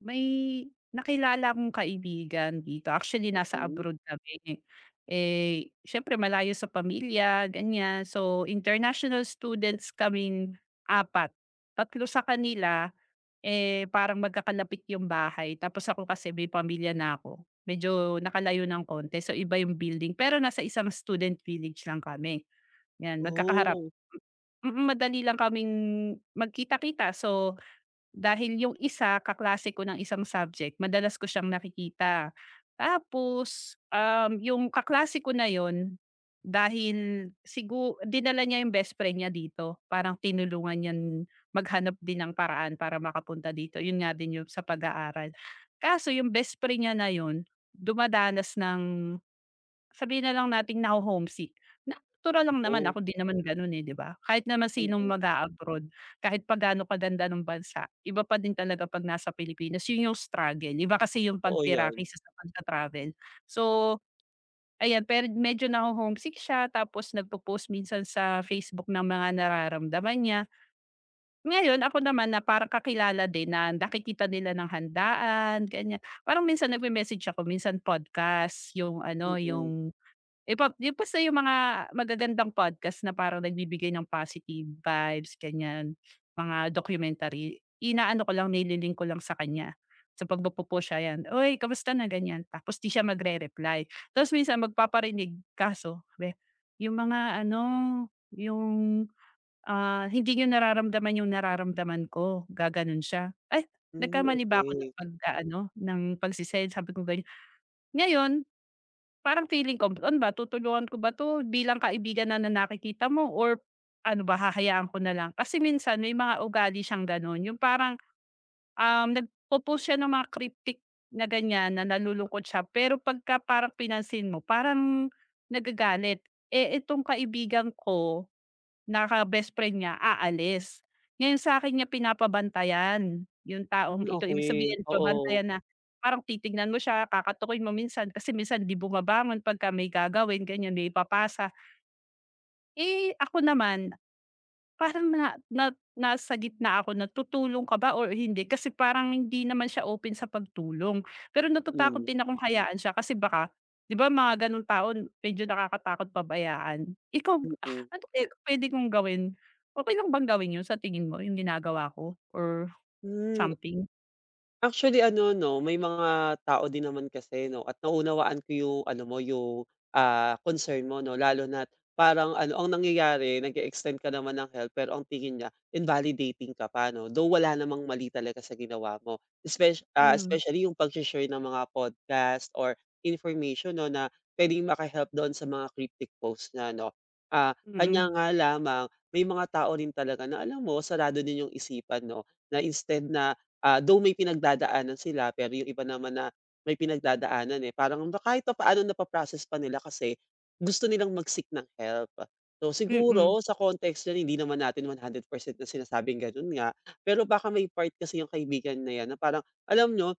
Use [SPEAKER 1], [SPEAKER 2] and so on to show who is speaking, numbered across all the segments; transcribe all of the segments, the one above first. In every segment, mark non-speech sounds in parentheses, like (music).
[SPEAKER 1] May nakilala akong kaibigan dito, actually nasa
[SPEAKER 2] Mm.
[SPEAKER 1] abroad kami. Eh, siyempre malayo sa pamilya, ganyan. So, international students kaming apat. Tatlo sa kanila, eh, parang magkakalapit yung bahay tapos ako kasi may pamilya na ako. Medyo nakalayo ng konti, so iba yung building, pero nasa isang student village lang kami, yan magkakaharap.
[SPEAKER 2] Oo,
[SPEAKER 1] Mm, madali lang kaming magkita-kita, so dahil yung isa kaklase ko ng isang subject madalas ko siyang nakikita. Tapos, yung kaklase ko na yon, dahil siguro dinala niya yung best friend niya dito, parang tinulungan niyan maghanap din ng paraan para makapunta dito, yun nga din yung sa pag-aaral. Kaso yung best friend niya na yon dumadanas ng, sabihin na lang nating, naho-homesick. Natural lang naman,
[SPEAKER 2] totoo.
[SPEAKER 1] ako din naman gano'n, eh, 'di ba? Kahit naman sinong
[SPEAKER 2] Mm.
[SPEAKER 1] mag-a-abroad, kahit pa gaano kaganda ng bansa, iba pa din talaga 'pag nasa Pilipinas. 'Yun yung struggle, iba kasi yung
[SPEAKER 2] Totoo
[SPEAKER 1] pagtira
[SPEAKER 2] 'yan.
[SPEAKER 1] kaysa sa pagta-travel. So, ayan, pero medyo naho-homesick siya tapos nagpo-post minsan sa Facebook ng mga nararamdaman niya. Ngayon ako naman na parang kakilala din na nakikita nila ng handaan, ganiyan. Parang minsan nagme-message ako, minsan podcast, yung ano,
[SPEAKER 2] Mm.
[SPEAKER 1] yung, eh, yung basta yung mga magagandang podcast na parang nagbibigay ng positive vibes, ganyan, mga documentary, inaano ko lang, nililink ko lang sa kanya. So, 'pag siya, yan, "Uy, kamusta na?" ganyan. Tapos 'di siya magre-reply. Tapos minsan magpaparinig, kaso sabi, "Yung mga ano, yung, ah, hindi niyo nararamdaman yung nararamdaman ko." Gaganon siya. "Ay,
[SPEAKER 2] Hmm,
[SPEAKER 1] nagkamali ba ako ng
[SPEAKER 2] okey.
[SPEAKER 1] pag-aano, ng pagse-send?" sabi kong ganyan. Ngayon parang feeling ko, ano ba, tutulungan ko ba 'to bilang kaibigan na, na nakikita mo, or ano ba, hahayaan ko na lang? Kasi minsan may mga ugali siyang gano'n, yung parang, nagpo-post siya ng mga cryptic na ganyan, na nalulungkot siya pero pagka parang pinansin mo parang nagagalit. Eh, itong kaibigan ko, naka-best friend niya, aalis. Ngayon sa'kin niya pinapabantayan yung taong
[SPEAKER 2] Hmm,
[SPEAKER 1] ito. Ibig
[SPEAKER 2] okey.
[SPEAKER 1] sabihin
[SPEAKER 2] Oo.
[SPEAKER 1] babantayan na parang titignan mo siya, kakatukin mo minsan kasi minsan 'di bumabangon pagka may gagawin, ganyan, may ipapasa. Eh, ako naman parang na na nasa gitna, ako na tutulong ka ba or hindi, kasi parang hindi naman siya open sa pagtulong. Pero natatakot
[SPEAKER 2] Hmm.
[SPEAKER 1] din akong hayaan siya kasi baka, 'di ba, mga gano'ng tao medyo nakakatakot pabayaan. Ikaw,
[SPEAKER 2] Mm.
[SPEAKER 1] ano kaya pwede kong gawin? Okey lang bang gawin 'yun sa tingin mo, 'yung ginagawa ko or
[SPEAKER 2] Hmm.
[SPEAKER 1] something?
[SPEAKER 2] Actually ano 'no, may mga tao din naman kasi 'no at naunawaan ko yung ano mo, yung, concern mo 'no, lalo na't parang ano, ang nangyayari nag-e-extend ka naman ng help pero ang tingin niya invalidating ka pa 'no, though wala namang mali talaga sa ginawa mo. Espec ah,
[SPEAKER 1] Hmm.
[SPEAKER 2] especially yung pag-she-share ng mga podcast or information 'no, na puwedeng maka-help doon sa mga cryptic post niya 'no. Ah,
[SPEAKER 1] Mm,
[SPEAKER 2] kanya nga lamang may mga tao rin talaga na alam mo sarado din yung isipan 'no, na instead na. Though may pinagdadaanan sila, pero yung iba naman na may pinagdadaanan, eh, parang kahit papaano napa-process pa nila kasi gusto nilang mag-seek ng help. So,
[SPEAKER 1] mm,
[SPEAKER 2] siguro
[SPEAKER 1] mm,
[SPEAKER 2] sa context niyan hindi naman natin 100% na sinasabing gano'n nga, pero baka may part kasi yung kaibigan na 'yan na parang alam nyo.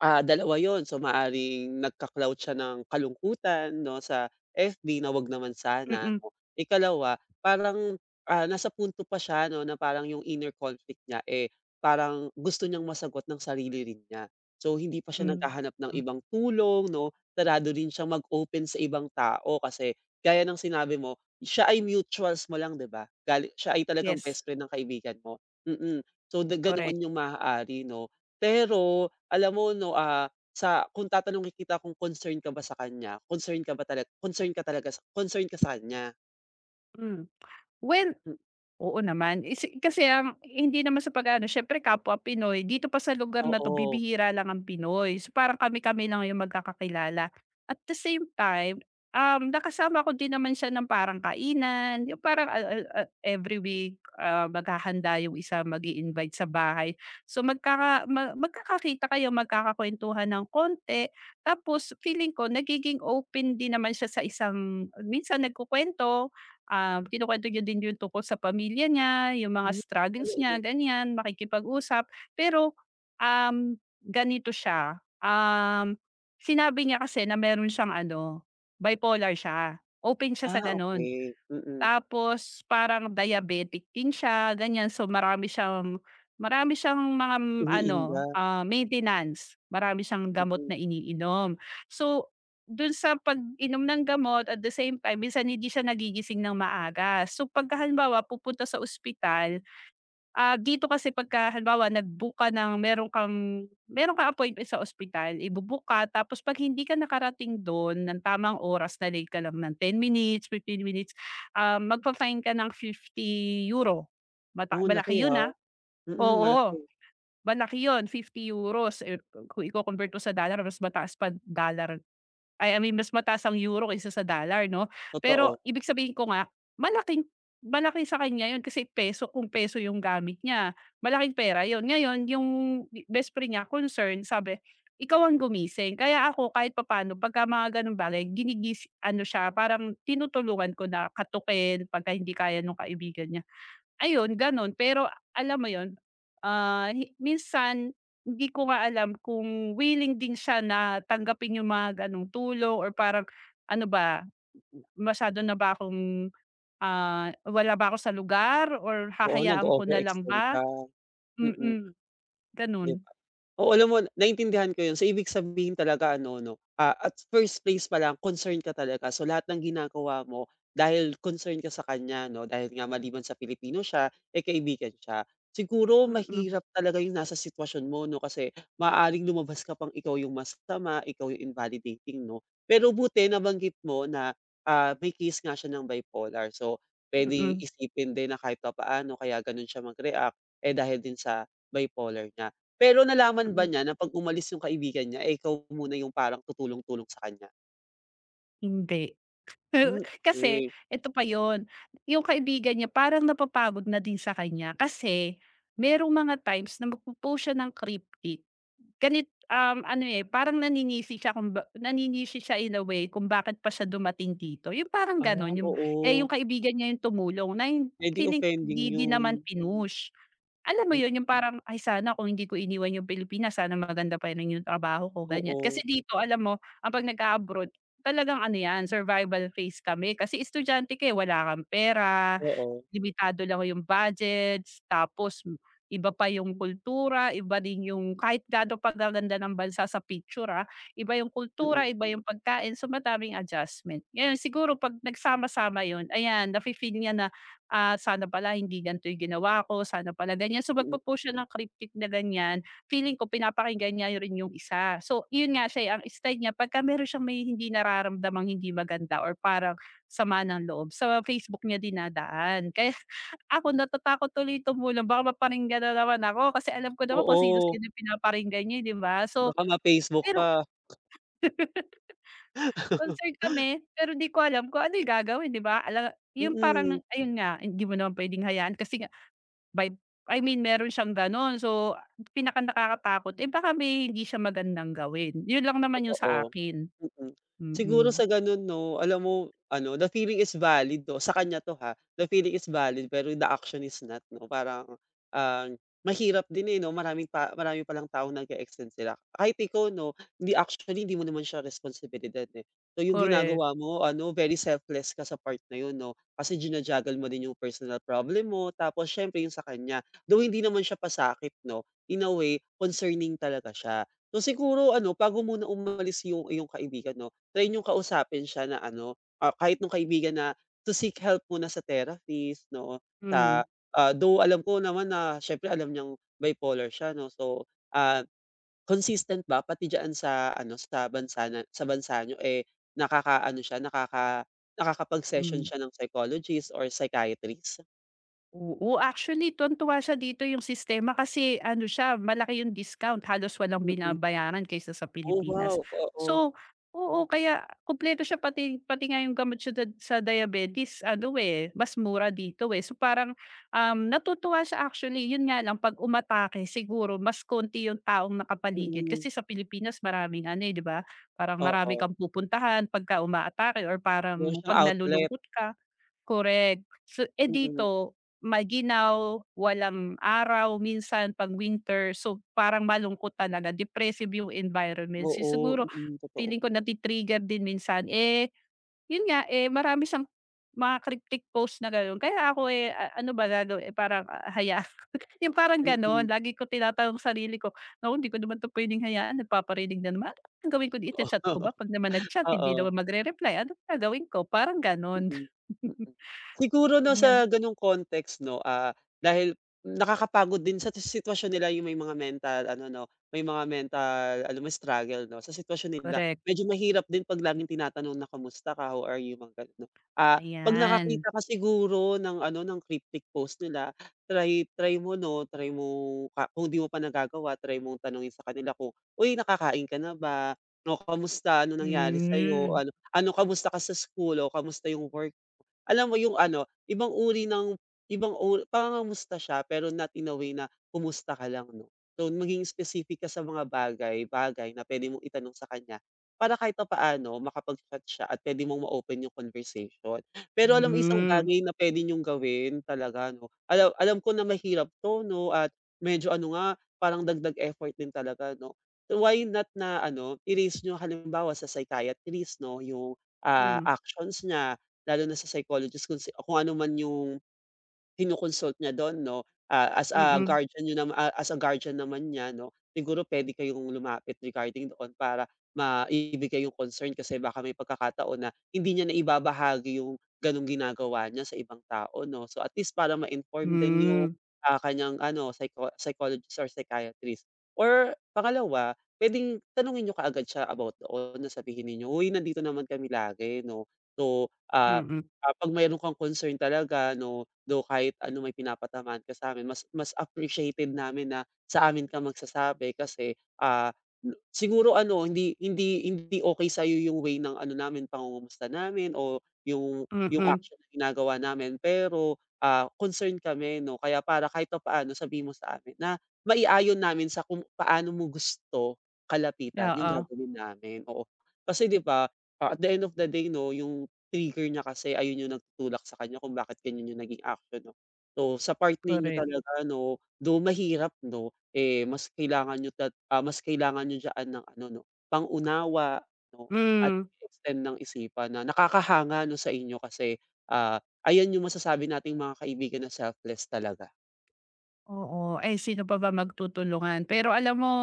[SPEAKER 2] Dalawa yon. So, maaaring nagka-clout siya ng kalungkutan 'no, sa FB na 'wag naman sana
[SPEAKER 1] mm.
[SPEAKER 2] 'no. Ikalawa, parang, nasa punto pa siya 'no, na parang yung inner conflict niya, eh, parang gusto niyang masagot ng sarili rin niya. So, hindi pa siya
[SPEAKER 1] Mm,
[SPEAKER 2] naghahanap ng
[SPEAKER 1] mm.
[SPEAKER 2] ibang tulong 'no, sarado rin siyang mag-open sa ibang tao kasi gaya ng sinabi mo, siya ay mutuals mo lang 'di ba? Gali siya ay talagang
[SPEAKER 1] Yes,
[SPEAKER 2] best friend ng kaibigan mo. Mm. Mm. So, da
[SPEAKER 1] correct.
[SPEAKER 2] ganoon yung maaari 'no. Pero alam mo 'no, sa kung tatanungin kita kung concerned ka ba sa kanya, concerned ka ba talaga concerned ka sa kanya?
[SPEAKER 1] Hmm. when
[SPEAKER 2] Hmm,
[SPEAKER 1] Oo naman, is kasi ang hindi naman sa pag-aano, siyempre kapwa Pinoy, dito pa sa lugar na 'to
[SPEAKER 2] oo.
[SPEAKER 1] bibihira lang ang Pinoy, so parang kami-kami lang yung magkakakilala. At the same time, nakasama ko din naman siya ng parang kainan, yung parang al al a every week, maghahanda yung isa, mag invite sa bahay. So magkakakita kayo, magkakakuwentuhan ng konti, tapos feeling ko nagiging open din naman siya sa isang minsan nagkukuwento. Kinukuwento niya din yung tungkol sa pamilya niya, yung mga
[SPEAKER 2] Hmm, ano,
[SPEAKER 1] struggles niya, ganyan, makikipag-usap. Pero, ganito siya, sinabi niya kasi na meron siyang ano, bipolar siya, open siya sa gano'n.
[SPEAKER 2] okey, mm.
[SPEAKER 1] Tapos parang diabetic din siya, ganyan. So marami siyang, marami siyang mga mm,
[SPEAKER 2] Iniinda,
[SPEAKER 1] ano, maintenance. Marami siyang gamot
[SPEAKER 2] mm.
[SPEAKER 1] na iniinom. So dun sa pag-inom ng gamot, at the same time minsan hindi siya nagigising ng maaga. So pagka halimbawa pupunta sa ospital, dito kasi pagka halimbawa nag-book ka ng meron kang appointment sa ospital, ibo-book ka tapos 'pag hindi ka nakarating dun ng tamang oras, na late ka lang ng 10 minutes, 15 minutes, magfa-fine ka ng €50.
[SPEAKER 2] Oo, ang laki,
[SPEAKER 1] Malaki yun,
[SPEAKER 2] ha?
[SPEAKER 1] ah.
[SPEAKER 2] Mm, malaki.
[SPEAKER 1] Oo. Malaki yun, €50 eh, kung iko-convert mo sa dollar mas mataas pa dollar, ay, I mean mas mataas ang euro kaysa sa dollar, 'no. Pero
[SPEAKER 2] Totoo.
[SPEAKER 1] ibig sabihin ko nga, malaking malaki sa kanya yun kasi peso, kung peso yung gamit niya, malaking pera yun. Ngayon yung best friend niya concern, sabi, "Ikaw ang gumising." Kaya ako kahit papaano pagka mga gano'ng bagay, ginigisi ano siya, parang tinutulungan ko na katukin pagka hindi kaya nung kaibigan niya. Ayun gano'n, pero alam mo 'yun, ah, minsan hindi ko nga alam kung willing din siya na tanggapin yung mga gano'ng tulong, or parang, ano ba, masyado na ba akong, ah, wala ba ako sa lugar, or
[SPEAKER 2] Oo,
[SPEAKER 1] hahayaan ko na lang
[SPEAKER 2] nag-o-overextend
[SPEAKER 1] ba?
[SPEAKER 2] ka, mm.
[SPEAKER 1] Mm, gano'n.
[SPEAKER 2] 'Di ba? Oo, alam mo naintindihan ko 'yun. So, ibig sabihin talaga ano 'no, at first place pa lang concern ka talaga. So, lahat ng ginagawa mo dahil concern ka sa kanya 'no, dahil nga maliban sa Pilipino siya, eh, kaibigan siya. Siguro
[SPEAKER 1] Mm,
[SPEAKER 2] mahirap talaga 'yung nasa sitwasyon mo 'no, kasi maaaring lumabas ka pang ikaw 'yung masama, ikaw 'yung invalidating 'no. Pero buti nabanggit mo na, may case nga siya ng bipolar. So, puwedeng
[SPEAKER 1] mm,
[SPEAKER 2] isipin din na kahit papaano kaya gano'n siya mag-react, eh, dahil din sa bipolar niya. Pero nalaman ba
[SPEAKER 1] mm,
[SPEAKER 2] niya na 'pag umalis yung kaibigan niya, eh, ikaw muna yung parang tutulong-tulong sa kanya?
[SPEAKER 1] hindi. (laughs)
[SPEAKER 2] Hmm,
[SPEAKER 1] Kasi
[SPEAKER 2] okey.
[SPEAKER 1] eto pa yon, yung kaibigan niya parang napapagod na din sa kanya kasi merong mga times na magpo-post siya ng cryptic. Um, ano, eh, parang naninisi siya, kung ba naninisi siya in a way kung bakit pa siya dumating dito, yung parang
[SPEAKER 2] Ah,
[SPEAKER 1] gano'n, yung, eh, yung
[SPEAKER 2] oo.
[SPEAKER 1] kaibigan niya yung tumulong, na yung
[SPEAKER 2] Eh, di
[SPEAKER 1] feeling
[SPEAKER 2] offending
[SPEAKER 1] hindi din
[SPEAKER 2] yun.
[SPEAKER 1] naman pinush. Alam mo
[SPEAKER 2] Hmm,
[SPEAKER 1] yun, yung parang, "Ay sana kung hindi ko iniwan yung Pilipinas, sana maganda pa rin yung trabaho ko," ganyan. Kasi
[SPEAKER 2] oo,
[SPEAKER 1] dito alam mo, ang 'pag nag abroad talagang ano yan, survival phase kami kasi estudyante ka, eh, wala kang pera.
[SPEAKER 2] oo.
[SPEAKER 1] Limitado lang yung budgets, tapos, iba pa yung kultura, iba din yung, kahit gaano pa ng bansa sa picture, ah, iba yung kultura,
[SPEAKER 2] Mm,
[SPEAKER 1] iba yung pagkain, so madaming adjustment. Ngayon siguro 'pag nagsama-sama yun, ayan nafi-feel niya na, ah, sana pala hindi ganito yung ginawa ko, sana pala ganyan. So
[SPEAKER 2] mm.
[SPEAKER 1] magpo-post siya ng cryptic na ganyan, feeling ko pinapakinggan niya rin yung isa. So yun nga siya, eh, ang style niya pagka meron siyang may hindi nararamdamang hindi maganda, or parang sama ng loob, sa Facebook niya dinadaan. Kaya (laughs) ako natatakot tuloy tumulong baka maparinggan na naman ako kasi alam ko naman kung
[SPEAKER 2] Oo,
[SPEAKER 1] sino-sino yung pinaparinggan niya, eh, 'di ba? So,
[SPEAKER 2] baka ma-Facebook
[SPEAKER 1] pero
[SPEAKER 2] ka.
[SPEAKER 1] (laughs) concerned
[SPEAKER 2] (laughs)
[SPEAKER 1] kami, pero 'di ko alam kung ano yung gagawin, 'di ba? Ala yung parang
[SPEAKER 2] Mm.
[SPEAKER 1] ayun nga, hindi mo naman puwedeng hayaan kasi nga, by I mean meron siyang gano'n. So, pinaka nakakatakot, eh, baka may hindi siya magandang gawin. Yun lang naman yung sa
[SPEAKER 2] Totoo,
[SPEAKER 1] akin.
[SPEAKER 2] mm. Siguro
[SPEAKER 1] Mm,
[SPEAKER 2] sa gano'n 'no, alam mo ano, the feeling is valid 'no, sa kanya 'to ha, the feeling is valid pero the action is not 'no, parang, ah, mahirap din, eh, 'no, maraming pa marami palang tao nag-e-extend sila. Kahit ikaw 'no, hindi actually hindi mo naman siya responsibilidad, eh. So yung
[SPEAKER 1] correct.
[SPEAKER 2] ginagawa mo ano, very selfless ka sa part na yun 'no, kasi jina-juggle mo din yung personal problem mo tapos siyempre yung sa kanya. Though hindi naman siya pasakit 'no, in a way, concerning talaga siya. So, siguro ano bago muna umalis yung iyong kaibigan 'no, try niyong kausapin siya na ano, kahit nung kaibigan na to seek help muna sa therapist 'no,
[SPEAKER 1] Hmm,
[SPEAKER 2] sa, though alam ko naman na syempre alam niyang bipolar siya 'no, so, ah, consistent ba pati diyaan sa ano, sa bansa na sa bansa niyo, eh, nakaka ano siya nakaka nakakapag-session
[SPEAKER 1] hmm.
[SPEAKER 2] siya ng psychologist or psychiatrist?
[SPEAKER 1] Oo, actually tuwang-tuwa siya dito, yung sistema kasi ano siya, malaki yung discount, halos walang
[SPEAKER 2] Mm.
[SPEAKER 1] binabayaran kaysa sa
[SPEAKER 2] Oh,
[SPEAKER 1] Pilipinas.
[SPEAKER 2] wow, oo.
[SPEAKER 1] So, oo, kaya kumpleto siya, pati pati nga yung gamot, siya sa diabetes ano, eh, mas mura dito, eh. So, parang, natutuwa siya, actually yun nga lang 'pag umatake siguro mas konti yung taong nakapaligid
[SPEAKER 2] Mm,
[SPEAKER 1] kasi sa Pilipinas maraming ano, eh, 'di ba? Parang marami
[SPEAKER 2] oo.
[SPEAKER 1] kang pupuntahan pagka umaatake, or parang
[SPEAKER 2] Meron siyang
[SPEAKER 1] 'pag
[SPEAKER 2] outlet,
[SPEAKER 1] nalulungkot ka. Correct. So, eh,
[SPEAKER 2] mm.
[SPEAKER 1] dito maginaw, walang araw, minsan 'pag winter, so parang malungkot talaga, depressive yung environment. So,
[SPEAKER 2] Oo,
[SPEAKER 1] siguro
[SPEAKER 2] mm, totoo.
[SPEAKER 1] feeling ko nati-trigger din minsan. Eh, yun nga, eh, marami siyang mga cryptic post na gano'n. Kaya ako, eh, ano ba lalo, eh, parang, ah, hayaan (laughs) yung parang gano'n.
[SPEAKER 2] Mm.
[SPEAKER 1] Lagi ko tinatanong sarili ko, "Naku, hindi ko naman 'to puwedeng hayaan, nagpaparinig na naman. Ang gawin ko, i chat ko ba?
[SPEAKER 2] (laughs)
[SPEAKER 1] 'Pag naman nag-chat
[SPEAKER 2] Oo.
[SPEAKER 1] hindi
[SPEAKER 2] Oo.
[SPEAKER 1] naman magre-reply, ano kaya gawin ko?" Parang gano'n.
[SPEAKER 2] Mm,
[SPEAKER 1] (laughs)
[SPEAKER 2] mm. Siguro 'no
[SPEAKER 1] Ganyan,
[SPEAKER 2] sa gano'ng context 'no, dahil nakakapagod din sa sitwasyon nila yung may mga mental ano 'no, may mga mental alam mo struggle 'no, sa sitwasyon nila.
[SPEAKER 1] correct.
[SPEAKER 2] Medyo mahirap din 'pag laging tinatanong na, "Kamusta ka? How are you?" Mga gano'n 'no. Ah, 'pag
[SPEAKER 1] Ayan.
[SPEAKER 2] nakakita ka siguro ng ano, ng cryptic post nila, try try mo 'no, try mo ka kung di mo pa nagagawa, try mong tanungin sa kanila kung, "Uy, nakakain ka na ba? O kamusta? Ano nangyari sa'yo?"
[SPEAKER 1] Hmm,
[SPEAKER 2] Ano kamusta ka sa school o kamusta yung work alam mo yung ano, ibang uri ng ibang uri pangangamusta siya pero not in a way na kumusta ka lang 'no. So maging specific ka sa mga bagay-bagay na pwede mong itanong sa kanya para kahit papaano makapag-chat siya at pwede mong ma-open yung conversation. Pero alam mo isang
[SPEAKER 1] hmm,
[SPEAKER 2] bagay na pwede niyong gawin talaga 'no, alam alam ko na mahirap 'to 'no at medyo ano nga, parang dagdag effort din talaga 'no. So why not na ano, i-raise niyo halimbawa sa psychiatrist 'no, yung,
[SPEAKER 1] hmm,
[SPEAKER 2] actions niya. Lalo na sa psychologist kung ano man yung kino-consult niya dun 'no,
[SPEAKER 1] mm,
[SPEAKER 2] as a guardian naman niya 'no, siguro puwede kayong lumapit regarding doon para maibigay yung concern kasi baka may pagkakataon na hindi niya naibabahagi yung gano'ng ginagawa niya sa ibang tao 'no. So, at least para ma-inform din yung,
[SPEAKER 1] hmm,
[SPEAKER 2] kanyang ano psychologist or psychiatrist. Or pangalawa, puwedeng tanungin niyo kaagad siya about doon na sabihin ninyo, "Uy, nandito naman kami lagi 'no, so,
[SPEAKER 1] mm,
[SPEAKER 2] 'pag mayro'n kang concern talaga 'no." Though kahit ano may pinapatamaan ka sa amin, mas mas appreciated namin na sa amin ka magsasabi kasi, ah, siguro ano hindi hindi hindi okey sa'yo yung way ng ano namin pangungumusta namin o yung
[SPEAKER 1] mm,
[SPEAKER 2] action na ginagawa namin pero, concerned kami 'no kaya para kahit papaano sabi mo sa amin na maiayon namin sa kung paano mo gusto kalapitan yung
[SPEAKER 1] oo,
[SPEAKER 2] gagawin namin, oo. Kasi 'di ba, at the end of the day 'no yung trigger niya kasi ayun yung nagtutulak sa kanya kung bakit ganyan yung naging action 'no. So sa part ninyo
[SPEAKER 1] correct.
[SPEAKER 2] talaga 'no, mahirap 'no, eh, mas kailangan niyo diyan ng ano 'no, pangunawa 'no at
[SPEAKER 1] Hmm,
[SPEAKER 2] extend ng isipan na nakakahanga 'no sa inyo kasi, ayan yung masasabi nating mga kaibigan na selfless talaga.
[SPEAKER 1] oo. Ay sino pa ba magtutulungan, pero alam mo,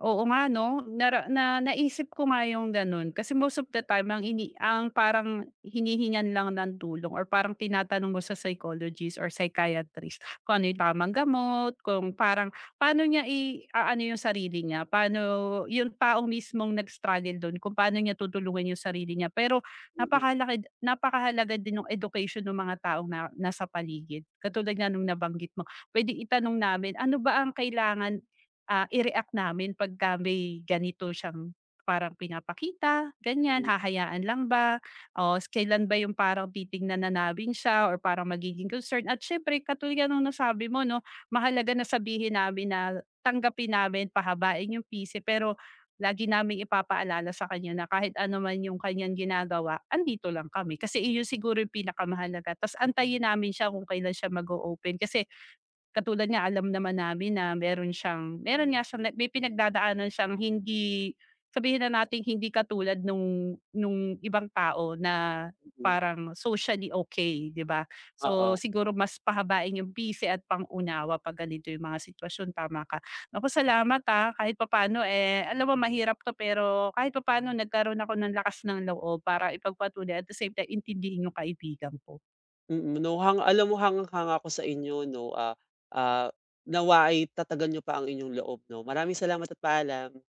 [SPEAKER 1] oo nga 'no, nara na naisip ko nga yung gano'n kasi most of the time ang ini ang parang hinihingan lang ng tulong, or parang tinatanong mo sa psychologist or psychiatrist kung ano yung tamang gamot, kung parang paano niya i-aano yung sarili niya, paano yung taong mismong nag-struggle dun kung paano niya tutulungan yung sarili niya. Pero
[SPEAKER 2] Mm,
[SPEAKER 1] napakahalaga din yung education ng mga taong na nasa paligid. Katulad nga nung nabanggit mo, pwede itanong namin, "Ano ba ang kailangan, ah, i-react namin pagka may ganito siyang parang pinapakita, ganyan,
[SPEAKER 2] mm,
[SPEAKER 1] hahayaan lang ba? O kailan ba yung parang titignan na namin siya, or parang magiging concern?" At syempre, katulad nga nung nasabi mo, no, mahalaga na sabihin namin na tanggapin namin, pahabain yung PC, pero lagi namin ipapaalala sa kanya na kahit ano man yung kanyang ginagawa, andito lang kami. Kasi iyon siguro yung pinakamahalaga. Tapos antayin namin siya kung kailan siya mag-open. Kasi katulad niya, alam naman namin na meron siyang, meron nga siyang na may pinagdadaanan siyang hindi, sabihin na natin, hindi katulad nung ibang tao na
[SPEAKER 2] mm.
[SPEAKER 1] parang socially okay, 'di ba? So,
[SPEAKER 2] Oo,
[SPEAKER 1] siguro mas pahabain yung pisi at pangunawa unawa 'pag ganito yung mga sitwasyon, tama ka. Naku, salamat, ah, kahit papaano, eh, alam mo mahirap 'to pero kahit papaano nagkaroon ako ng lakas ng loob para ipagpatuloy at the same time intindihin yung kaibigan ko.
[SPEAKER 2] mm, 'no alam mo hangang-hanga ako sa inyo 'no, ah, nawa'y tatagan niyo pa ang inyong loob 'no. Maraming salamat at paalam.